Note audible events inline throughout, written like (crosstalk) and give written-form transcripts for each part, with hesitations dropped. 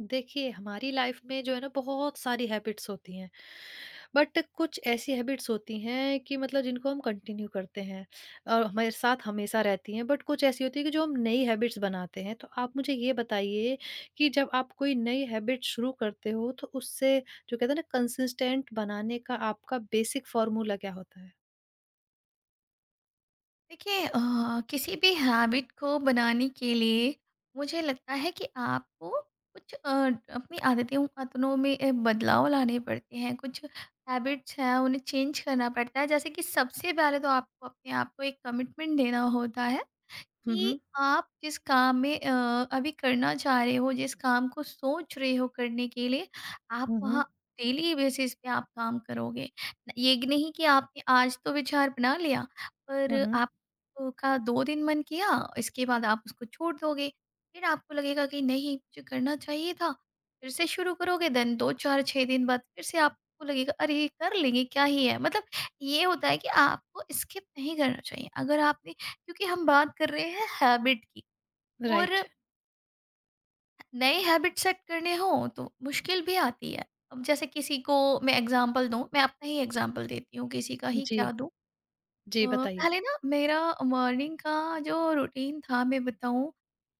देखिए, हमारी लाइफ में जो है ना बहुत सारी हैबिट्स होती हैं। बट कुछ ऐसी हैबिट्स होती हैं कि मतलब जिनको हम कंटिन्यू करते हैं और हमारे साथ हमेशा रहती हैं। बट कुछ ऐसी होती है कि जो हम नई हैबिट्स बनाते हैं। तो आप मुझे ये बताइए कि जब आप कोई नई हैबिट शुरू करते हो तो उससे जो कहते हैं ना कंसिस्टेंट बनाने का आपका बेसिक फ़ॉर्मूला क्या होता है? देखिए किसी भी हैबिट को बनाने के लिए मुझे लगता है कि आपको कुछ अपनी आदतों आदतों में बदलाव लाने पड़ते हैं। कुछ हैबिट्स हैं उन्हें चेंज करना पड़ता है, जैसे कि सबसे पहले तो आपको अपने आप को एक कमिटमेंट देना होता है हुँ, कि हुँ। आप जिस काम में अभी करना चाह रहे हो, जिस काम को सोच रहे हो करने के लिए, आप हुँ, वहाँ हुँ। डेली बेसिस पे आप काम करोगे। ये नहीं कि आपने आज तो विचार बना लिया, हुँ, पर हुँ। आप का 2 दिन मन किया, इसके बाद आप उसको छोड़ दोगे। फिर आपको लगेगा कि नहीं, मुझे करना चाहिए था, फिर से शुरू करोगे, देन 2, 4, 6 दिन बाद फिर से आपको लगेगा, "अरे! कर लेंगे, क्या ही है।" मतलब ये होता है कि आपको स्किप नहीं करना चाहिए। अगर आपने, क्योंकि हम बात कर रहे हैं हैबिट की, और राइट। नए हैबिट सेट करने हों तो मुश्किल भी आती है। अब जैसे किसी को मैं एग्जांपल दूं, मैं अपना ही एग्जांपल देती हूँ, किसी का ही जी। क्या दूं। जी, बताइए। पहले ना मेरा मॉर्निंग का जो रूटीन था, मैं बताऊँ।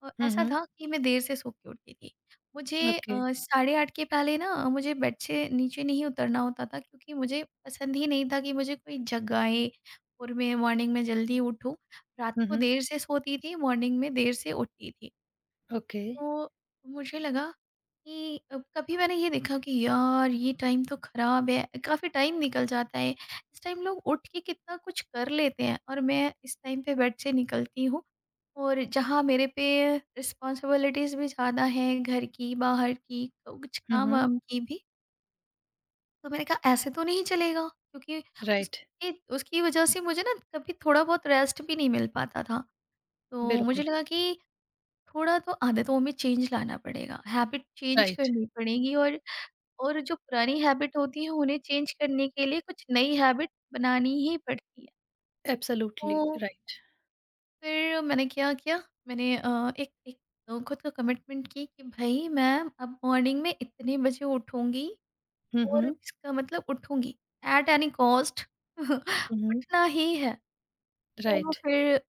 हुँ, ऐसा हुँ। था कि मैं देर से सो के उठती थी। मुझे ओके। साढ़े 8 के पहले ना मुझे बेड से नीचे नहीं उतरना होता था, क्योंकि मुझे पसंद ही नहीं था कि मुझे कोई जगाए और मैं मॉर्निंग में जल्दी उठूँ। रात हुँ, को हुँ। देर से सोती थी, मॉर्निंग में देर से उठती थी। ओके। तो मुझे लगा कि कभी मैंने ये देखा कि यार ये टाइम तो खराब है, काफ़ी टाइम निकल जाता है, इस टाइम लोग उठ के कितना कुछ कर लेते हैं और मैं इस टाइम पे बेड से निकलती हूँ। और जहाँ मेरे पे रिस्पॉन्सिबिलिटीज़ भी ज़्यादा हैं, घर की, बाहर की, कुछ हुँ, काम हुँ। वाम की भी। तो मैंने कहा ऐसे तो नहीं चलेगा, क्योंकि राइट। उसके उसकी वजह से मुझे ना कभी थोड़ा बहुत रेस्ट भी नहीं मिल पाता था। तो मुझे बिल्कुल, लगा कि थोड़ा तो आदतों में चेंज लाना पड़ेगा, हैबिट चेंज राइट, करनी पड़ेगी, और जो पुरानी हैबिट होती है उन्हें चेंज करने के लिए कुछ नई हैबिट बनानी ही पड़ती है। एब्सोल्युटली तो राइट। फिर मैंने क्या किया, मैंने एक एक खुद को कमिटमेंट की कि भई मैं अब मॉर्निंग में इतने बजे उठूँगी, हुँ, और हुँ, इसका मतलब उठूँगी, एट एनी कॉस्ट (laughs) हुँ, उठना ही है। तो राइट, फिर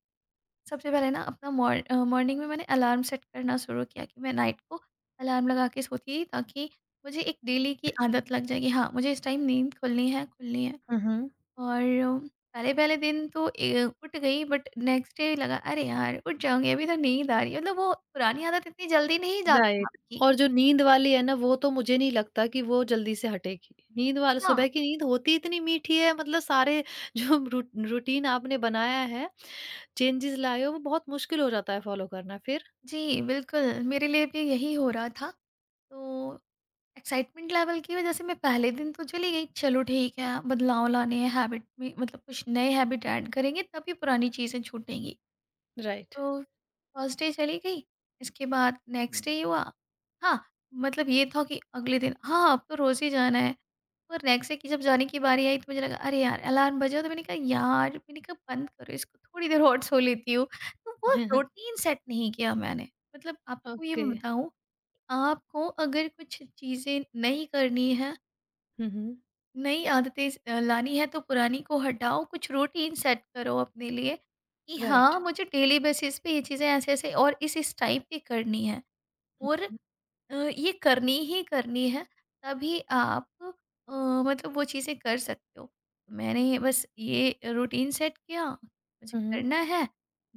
सबसे पहले ना अपना मॉर्निंग में मैंने अलार्म सेट करना शुरू किया कि मैं नाइट को अलार्म लगा के सोती थी, ताकि मुझे एक डेली की आदत लग जाए कि हाँ, मुझे इस टाइम नींद खुलनी है। हुँ, हुँ। और पहले पहले दिन तो उठ गई, बट नेक्स्ट डे लगा, अरे यार उठ जाऊंगी, अभी तो नींद आ रही है, मतलब वो पुरानी आदत इतनी जल्दी नहीं जाती राइट। आपकी। और जो नींद वाली है ना वो तो मुझे नहीं लगता कि वो जल्दी से हटेगी। नींद वाली हाँ सुबह की नींद होती इतनी मीठी है मतलब सारे (laughs) जो रू रूटीन आपने बनाया है, चेंजेस लाए हो वो बहुत मुश्किल हो जाता है फॉलो करना फिर। जी, बिल्कुल मेरे लिए भी यही हो रहा था। तो एक्साइटमेंट लेवल की वजह से मैं पहले दिन तो चली गई, चलो ठीक है, बदलाव लाने हैं हैबिट में, मतलब कुछ नए हैबिट ऐड करेंगे तभी पुरानी चीज़ें छूटेंगी। राइट। तो फर्स्ट डे चली गई, इसके बाद नेक्स्ट डे हुआ, हाँ, मतलब ये था कि अगले दिन हाँ अब तो रोज़ ही जाना है। और नेक्स्ट डे की जब जाने की बारी आई तो मुझे लगा, अरे यार अलार्म बजा, तो मैंने कहा यार, मैंने कहा बंद करो इसको, थोड़ी देर और सो लेती हूँ। तो वो (laughs) रूटीन सेट नहीं किया मैंने। मतलब आपको ये ओके। मैं बताऊँ, आपको अगर कुछ चीज़ें नहीं करनी है, हुँ, हुँ, नई आदतें लानी है तो पुरानी को हटाओ, कुछ रूटीन सेट करो अपने लिए कि राइट। हाँ, मुझे डेली बेसिस पे ये चीज़ें ऐसे-ऐसे और इस-इस टाइम पे करनी है। और हुँ, ये करनी ही करनी है तभी आप अ, मतलब वो चीज़ें कर सकते हो। तो मैंने बस ये रूटीन सेट किया, मुझे हुँ, करना है,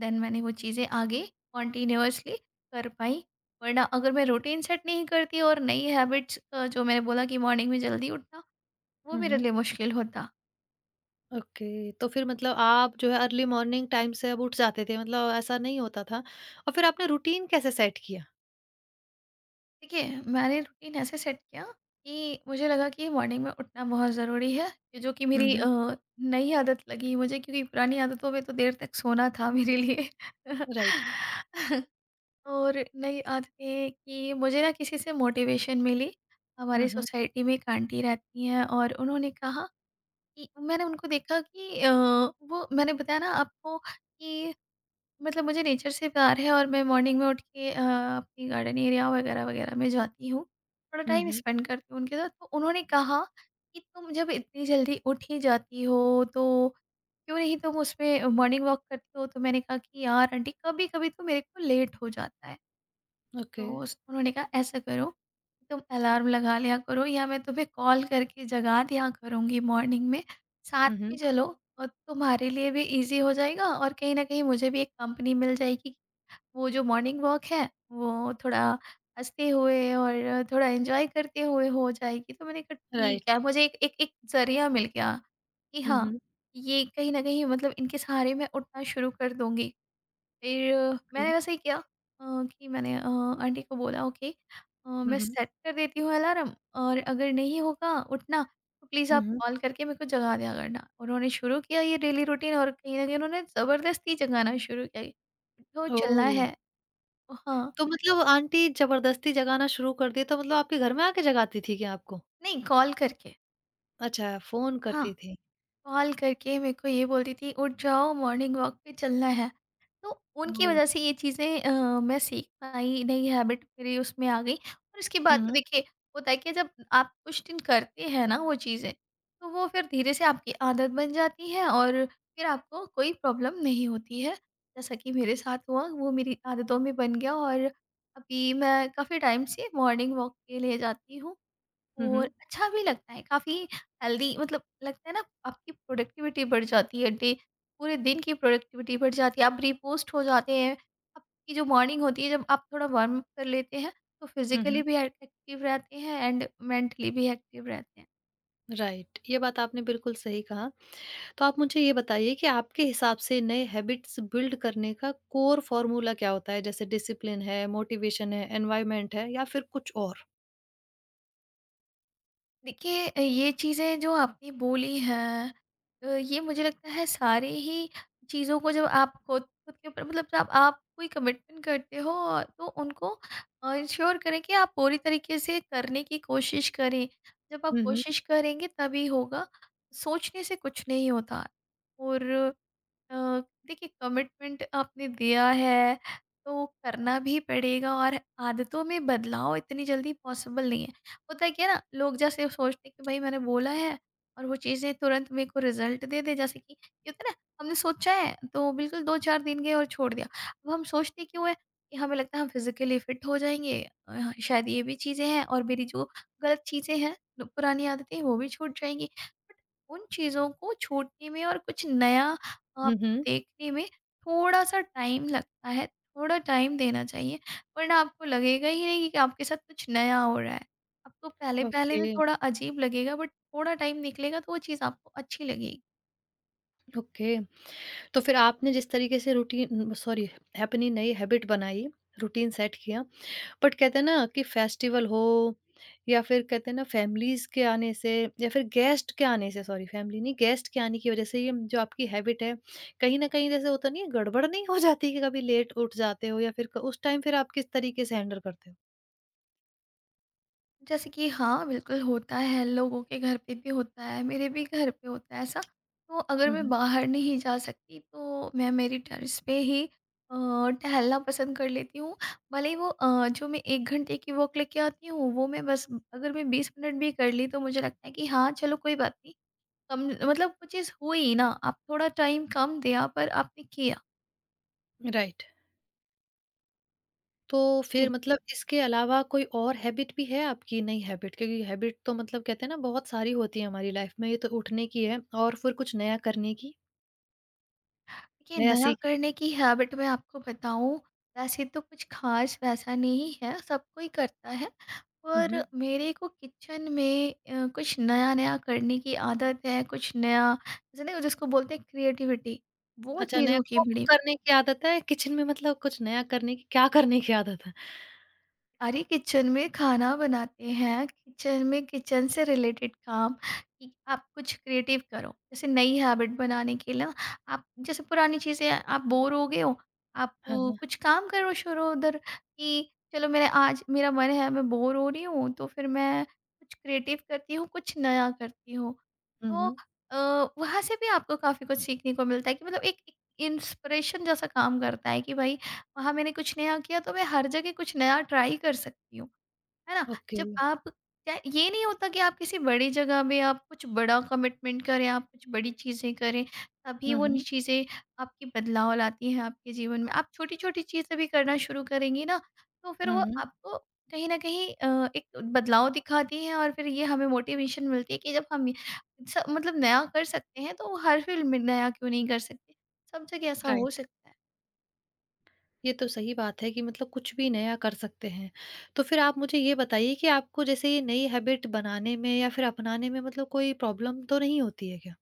देन मैंने वो चीज़ें आगे कंटीन्यूअसली कर पाई। वरना अगर मैं रूटीन सेट नहीं करती और नई हैबिट्स जो मैंने बोला कि मॉर्निंग में जल्दी उठना, वो हुँ, मेरे हुँ। लिए मुश्किल होता। ओके, तो फिर मतलब आप जो है अर्ली मॉर्निंग टाइम से अब उठ जाते थे, मतलब ऐसा नहीं होता था और फिर आपने रूटीन कैसे सेट किया? देखिए मैंने रूटीन ऐसे सेट किया कि मुझे लगा कि मॉर्निंग में उठना बहुत ज़रूरी है। ये जो कि हुँ, मेरी हुँ। नई आदत लगी मुझे, क्योंकि पुरानी आदतों में तो देर तक सोना था मेरे लिए। राइट। (laughs) और नई आदतें कि मुझे ना किसी से मोटिवेशन मिली। हुँ, हमारी हुँ। सोसाइटी में एक आंटी रहती हैं और उन्होंने कहा कि, मैंने उनको देखा कि वो मैंने बताया ना आपको कि मतलब मुझे नेचर से प्यार है, और मैं मॉर्निंग में उठ के अपनी गार्डन एरिया वगैरह वगैरह में जाती हूँ। थोड़ा हुँ, टाइम हुँ। स्पेंड करती हूँ उनके साथ। तो उन्होंने कहा कि तुम जब इतनी जल्दी उठ ही जाती हो तो क्यों नहीं तुम उसमें मॉर्निंग वॉक करती हो? तो मैंने कहा कि यार आंटी, कभी-कभी तो मेरे को लेट हो जाता है। ओके। तो उस उन्होंने कहा ऐसा करो, तुम अलार्म लगा लिया करो, या मैं तुम्हें कॉल करके जगा दिया करूँगी मॉर्निंग में, साथ हुँ, में हुँ। चलो, और तुम्हारे लिए भी ईज़ी हो जाएगा और कहीं न कहीं मुझे भी एक कंपनी मिल जाएगी। वो जो मॉर्निंग वॉक है, वो थोड़ा हँसते हुए और थोड़ा एन्जॉय करते हुए हो जाएगी। तो मैंने कहा ठीक राइट। है, मुझे एक एक एक ज़रिया मिल गया कि हुँ, हाँ, हुँ। ये कहीं न कहीं मतलब इनके सहारे मैं उठना शुरू कर दूँगी। फिर मैंने हुँ, वैसे ही किया, कि मैंने आंटी को बोला ओके, हुँ, मैं हुँ। सेट कर देती हूँ अलार्म, और अगर नहीं होगा उठना तो प्लीज़ हुँ, आप हुँ। कॉल करके मेरे को जगा दिया करना। उन्होंने शुरू किया ये डेली रूटीन, और कहीं ना कहीं उन्होंने ज़बरदस्ती जगाना शुरू किया, उठो चलना ओह! है। हाँ, तो मतलब आंटी ज़बरदस्ती जगाना शुरू कर दिए, तो मतलब आपके घर में आके जगाती थी क्या आपको? नहीं, कॉल करके। अच्छा, फ़ोन हाँ, करती थी। कॉल करके मेरे को ये बोलती थी, उठ जाओ, मॉर्निंग वॉक पे चलना है। तो उनकी ओह! वज़ह से ये चीज़ें मैं सीख पाई, नई हैबिट मेरी उसमें आ गई, और इसके बाद हुँ, तो हुँ। देखिए होता है कि जब आप कुछ दिन करते हैं ना वो चीज़ें, तो वो फिर धीरे से आपकी आदत बन जाती है और फिर आपको कोई प्रॉब्लम नहीं होती है। जैसा कि मेरे साथ हुआ वो मेरी आदतों में बन गया, और अभी मैं काफ़ी टाइम से मॉर्निंग वॉक के लिए जाती हूँ। हुँ, और हुँ। अच्छा भी लगता है, काफ़ी हेल्दी मतलब लगता है ना, आपकी प्रोडक्टिविटी बढ़ जाती है, डे पूरे दिन की प्रोडक्टिविटी बढ़ जाती है, आप रिपोस्ट हो जाते हैं। आपकी जो मॉर्निंग होती है जब आप थोड़ा वार्म अप कर लेते हैं, तो हुँ, फिजिकली हुँ। भी एक्टिव रहते हैं एंड मेंटली भी एक्टिव रहते हैं। राइट, ये बात आपने बिल्कुल सही कहा। तो आप मुझे ये बताइए कि आपके हिसाब से नए हैबिट्स बिल्ड करने का कोर फॉर्मूला क्या होता है? जैसे डिसिप्लिन है, मोटिवेशन है, एनवायरनमेंट है या फिर कुछ और? देखिए ये चीज़ें जो आपने बोली हैं, ये मुझे लगता है सारी ही चीज़ों को, जब आप खुद खुद के ऊपर मतलब जब आप कोई कमिटमेंट करते हो, और तो उनको इंश्योर करें कि आप पूरी तरीके से करने की कोशिश करें। जब आप हुँ, हुँ। कोशिश करेंगे तभी होगा, सोचने से कुछ नहीं होता। और अ, देखिए कमिटमेंट आपने दिया है तो करना भी पड़ेगा, और आदतों में बदलाव इतनी जल्दी पॉसिबल नहीं है। होता है क्या है ना, लोग जैसे सोचते हैं कि भाई मैंने बोला है, और वो चीज़ें तुरंत मेरे को रिजल्ट दे दे, जैसे कि ये होता है ना, हमने सोचा है तो बिल्कुल, दो चार दिन गए और छोड़ दिया। अब हम सोचते क्यों है, कि हमें लगता है हम फिजिकली फिट हो जाएंगे, शायद ये भी चीज़ें हैं, और मेरी जो गलत चीज़ें हैं, पुरानी आदतें वो भी छूट जाएंगी। बट उन चीज़ों को छोड़ने में और कुछ नया हुँ, हुँ। देखने में थोड़ा-सा टाइम लगता है, थोड़ा टाइम देना चाहिए, वरना आपको लगेगा ही नहीं कि आपके साथ कुछ नया हो रहा है। आपको पहले-पहले में ओके, थोड़ा अजीब लगेगा, बट थोड़ा टाइम निकलेगा तो वो चीज़ आपको अच्छी लगेगी। ओके। तो फिर आपने जिस तरीके से रूटीन सॉरी, अपनी नई हैबिट बनाई, रूटीन सेट किया बट कहते हैं ना कि फेस्टिवल हो या फिर कहते हैं ना फैमिलीज के आने से या फिर गेस्ट के आने से सॉरी फैमिली नहीं गेस्ट के आने की वजह से ये जो आपकी हैबिट है कहीं ना कहीं जैसे होता नहीं है गड़बड़ नहीं हो जाती कि कभी लेट उठ जाते हो या फिर उस टाइम फिर आप किस तरीके से हैंडल करते हो? जैसे कि हाँ, बिल्कुल होता है, लोगों के घर पे भी होता है, मेरे भी घर पे होता है ऐसा। तो अगर मैं हम्म। बाहर नहीं जा सकती तो मैं मेरी टेरेस पे ही अ, टहलना पसंद कर लेती हूँ। भले ही वो जो मैं 1 घंटे की वॉक लेके आती हूँ, वो मैं बस, अगर मैं 20 मिनट भी कर ली तो मुझे लगता है कि हाँ, चलो कोई बात नहीं, कम मतलब वो चीज़ हुई ना, आप थोड़ा टाइम कम दिया पर आपने किया। राइट। तो फिर मतलब इसके अलावा कोई और हैबिट भी है आपकी नई हैबिट क्योंकि हैबिट तो मतलब कहते हैं ना बहुत सारी होती है हमारी लाइफ में, ये तो उठने की है और फिर कुछ नया करने की। देखिए नया नया सीखने करने की हैबिट मैं आपको बताऊं, वैसे तो कुछ खास वैसा नहीं है, सब कोई करता है, पर की। मेरे को किचन में कुछ नया नया करने की आदत है, कुछ नया जैसे ना, जिसको बोलते हैं क्रिएटिविटी, वो अच्छा, नया चीज़ों की कुक बड़ी। करने की आदत है, किचन में मतलब कुछ नया करने की क्या करने की आदत है? अरे किचन में खाना बनाते हैं, किचन में, किचन से रिलेटेड काम कि आप कुछ क्रिएटिव करो, जैसे नई हैबिट बनाने के लिए आप जैसे पुरानी चीज़ें आप बोर हो गए हो, आप हाँ, हाँ। कुछ काम करो शुरू उधर, कि चलो मेरा आज मेरा मन है मैं बोर हो रही हूँ, तो फिर मैं कुछ क्रिएटिव करती हूँ, कुछ नया करती हूँ। हुँ, तो हुँ। वहाँ से भी आपको काफ़ी कुछ सीखने को मिलता है, कि मतलब एक इंस्पिरेशन जैसा काम करता है कि भाई वहाँ मैंने कुछ नया किया, तो मैं हर जगह कुछ नया ट्राई कर सकती हूँ, है ना? ओके। जब आप क्या ये नहीं होता कि आप किसी बड़ी जगह में आप कुछ बड़ा कमिटमेंट करें, आप कुछ बड़ी चीज़ें करें, तभी हुँ, वो नि हुँ। चीज़ें आपकी बदलाव लाती हैं आपके जीवन में। आप छोटी-छोटी चीज़ें भी करना शुरू करेंगी ना, तो फिर हुँ, वो हुँ। आपको कहीं न कहीं एक बदलाव दिखाती हैं और फिर ये हमें मोटिवेशन मिलती है कि जब हम ये स मतलब नया कर सकते हैं, तो हर फ़ील्ड में नया क्यों नहीं कर सकते? सब जगह ऐसा हो राइट। सकता है। ये तो सही बात है कि मतलब कुछ भी नया कर सकते हैं। तो फिर आप मुझे ये बताइए कि आपको जैसे ये नई हैबिट बनाने में या फिर अपनाने में मतलब कोई प्रॉब्लम तो नहीं होती है क्या?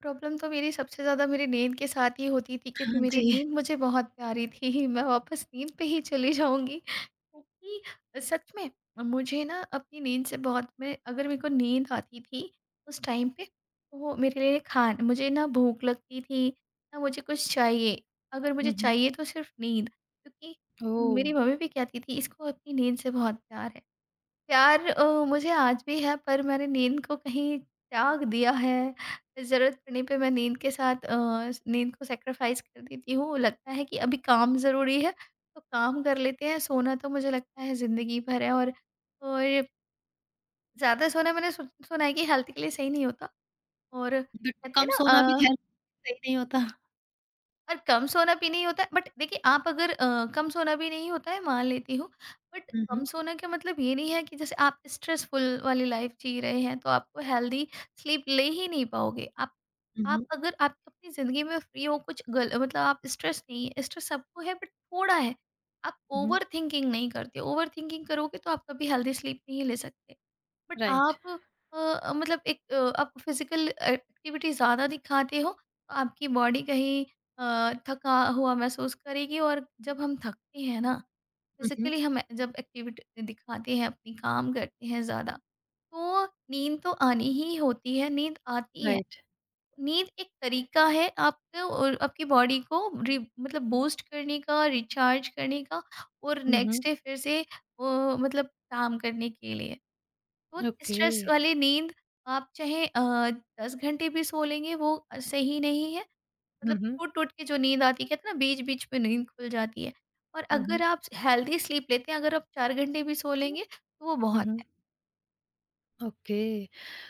प्रॉब्लम तो मेरी सबसे ज़्यादा मेरी नींद के साथ ही होती थी क्योंकि हाँ मेरी जी। नींद मुझे बहुत प्यारी थी। (laughs) मैं वापस नींद पे ही चली जाऊँगी क्योंकि सच में मुझे ना अपनी नींद से बहुत, मैं अगर मेरे को नींद आती थी उस टाइम पे तो वो मेरे लिए खान मुझे ना भूख लगती थी, ना मुझे कुछ चाहिए। अगर मुझे हुँ, हुँ। चाहिए तो सिर्फ़ नींद, क्योंकि ओह! मेरी मम्मी भी कहती थी, इसको अपनी नींद से बहुत प्यार है। प्यार मुझे आज भी है, पर मैंने नींद को कहीं त्याग दिया है। ज़रूरत पड़ने पे मैं नींद के साथ अ, स नींद को सैक्रिफ़ाइस कर देती हूँ। लगता है कि अभी काम ज़रूरी है, तो काम कर लेते हैं। सोना तो मुझे लगता है ज़िंदगी भर है और और ज़्यादा सोना मैंने सु सुना है कि हेल्थ के लिए सही नहीं होता, और बट कहते हैं कम ना। सोना भी अ है सही नहीं होता। और कम सोना-पीना ही होता है, बट देखिए आप अगर कम सोना भी नहीं होता है, मान लेती हूँ, बट हुँ, कम हुँ। सोना का मतलब ये नहीं है कि जैसे आप स्ट्रेसफुल वाली लाइफ जी रहे हैं, तो आपको हेल्दी स्लीप ले ही नहीं पाओगे। हुँ, आप हुँ। अगर आप अपनी ज़िंदगी में फ्री हो, कुछ गल मतलब आप स्ट्रेस नहीं है, स्ट्रेस सबको है बट थोड़ा है। आप हुँ, ओवरथिंकिंग नहीं करते, ओवरथिंकिंग करोगे तो आप कभी हेल्दी स्लीप नहीं ले सकते। But right. आप मतलब एक, आप फिजिकल एक्टिविटी ज़्यादा दिखाते हो तो आपकी बॉडी कहीं थका हुआ महसूस करेगी, और जब हम थकते हैं ना, हुँ, हुँ। फिजिकली हम जब एक्टिविटी दिखाते हैं, अपनी काम करते हैं ज़्यादा, तो नींद तो आनी ही होती है, नींद आती है। राइट। नींद एक तरीका है आपको और आपकी बॉडी को रि मतलब बूस्ट करने का, रिचार्ज करने का, और हुँ, हुँ। नेक्स्ट डे फिर से मतलब काम करने के लिए। तो ओके। स्ट्रेस वाली नींद आप चाहे 10 घंटे भी सो लेंगे, वो सही नहीं है। हुँ, मतलब हुँ। टूट-टूट के जो नींद आती है, कहते हैं ना, बीच-बीच में नींद खुल जाती है। और हुँ, अगर हुँ। आप हेल्दी स्लीप लेते हैं, अगर आप 4 घंटे भी सो लेंगे तो वो हुँ, बहुत है। हुँ। ओके।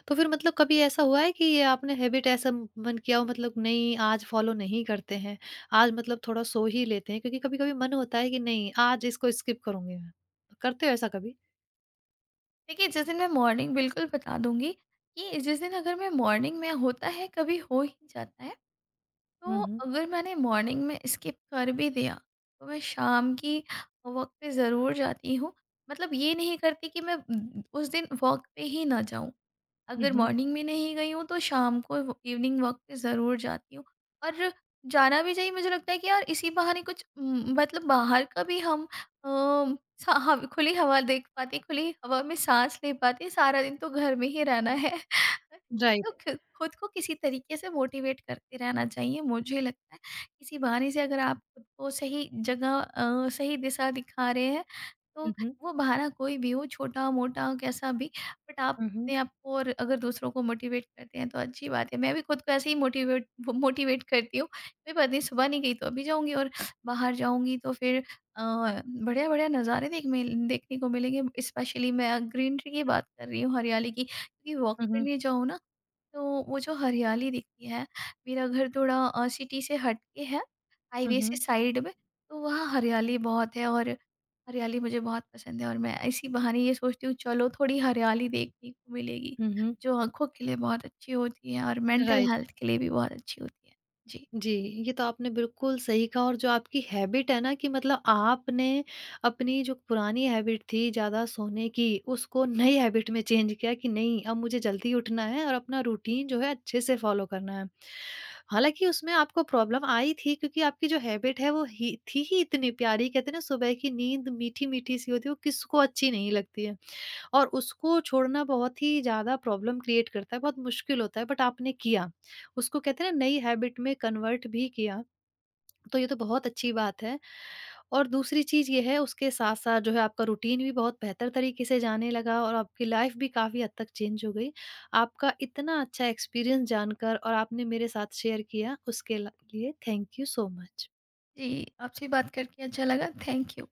तो फिर मतलब कभी ऐसा हुआ है कि ये आपने हैबिट ऐसा मन किया हो मतलब नहीं आज फ़ॉलो नहीं करते हैं, आज मतलब थोड़ा सो ही लेते हैं क्योंकि कभी-कभी मन होता है कि नहीं आज इसको स्किप करूँगी मैं। तो करते हो ऐसा कभी? देखिए जिस दिन मैं मॉर्निंग बिल्कुल बता दूँगी कि जिस दिन अगर मैं मॉर्निंग में, होता है कभी हो ही जाता है। तो हुँ, हुँ। अगर मैंने मॉर्निंग में स्किप कर भी दिया तो मैं शाम की वॉक पे ज़रूर जाती हूँ। मतलब ये नहीं करती कि मैं उस दिन वॉक पे ही ना जाऊँ। हुँ, अगर हुँ। मॉर्निंग में नहीं गई हूँ तो शाम को व इवनिंग वॉक पे ज़रूर जाती हूँ। और जाना भी चाहिए, मुझे लगता है कि यार इसी बहाने कुछ मतलब बाहर का भी हम अ, सा हव खुली हवा देख पाते हैं, खुली हवा में साँस ले पाते हैं, सारा दिन तो घर में ही रहना है। (laughs) तो राइट। ख खुद को किसी तरीके से मोटिवेट करते रहना चाहिए, मुझे लगता है। किसी बहाने से अगर आप खुद को सही जगह सही दिशा दिखा रहे हैं, तो हुँ, हुँ। वो बहाना कोई भी हो, छोटा-मोटा कैसा भी, बट आप हुँ, हुँ। अपने आप को और अगर दूसरों को मोटिवेट करते हैं तो अच्छी बात है। मैं भी खुद को ऐसे ही मोटिवेट करती हूँ। कोई बात नहीं, सुबह नहीं गई तो अभी जाऊँगी, और बाहर जाऊँगी तो फिर बढ़िया-बढ़िया नज़ारे देखने को मिलेंगे। स्पेशली मैं ग्रीनरी की बात कर रही हूँ, हरियाली की, क्योंकि वॉक हुँ, हुँ। करने जाओ ना, तो वो जो हरियाली दिखती है, मेरा घर थोड़ा सिटी से हट के है, हुँ, हाईवे से हुँ। साइड में, तो वहाँ हरियाली बहुत है, और हरियाली मुझे बहुत पसंद है, और मैं इसी बहाने ये सोचती हूँ, चलो थोड़ी हरियाली देखने को मिलेगी, हुँ, हुँ। जो आँखों के लिए बहुत अच्छी होती है और मेंटल राइट। हेल्थ के लिए भी बहुत अच्छी होती है। जी, जी, ये तो आपने बिल्कुल सही कहा और जो आपकी हैबिट है ना कि मतलब आपने अपनी जो पुरानी हैबिट थी ज़्यादा सोने की, उसको नई हैबिट में चेंज किया कि नहीं अब मुझे जल्दी उठना है और अपना रूटीन जो है अच्छे से फॉलो करना है। हालाँकि उसमें आपको प्रॉब्लम आई थी क्योंकि आपकी जो हैबिट है वो ही थी ही इतनी प्यारी, कहते हैं ना सुबह की नींद मीठी-मीठी सी होती है, वो किसको अच्छी नहीं लगती है। और उसको छोड़ना बहुत ही ज़्यादा प्रॉब्लम क्रिएट करता है, बहुत मुश्किल होता है बट आपने किया। उसको कहते हैं ना नई हैबिट में कन्वर्ट भी किया, तो ये तो बहुत अच्छी बात है। और दूसरी चीज़ ये है उसके साथ-साथ जो है आपका रूटीन भी बहुत बेहतर तरीके से जाने लगा और आपकी लाइफ़ भी काफ़ी हद तक चेंज हो गई। आपका इतना अच्छा एक्सपीरियंस जानकर और आपने मेरे साथ शेयर किया उसके ल लिए थैंक यू सो मच। जी आपसे बात करके अच्छा लगा। Thank you.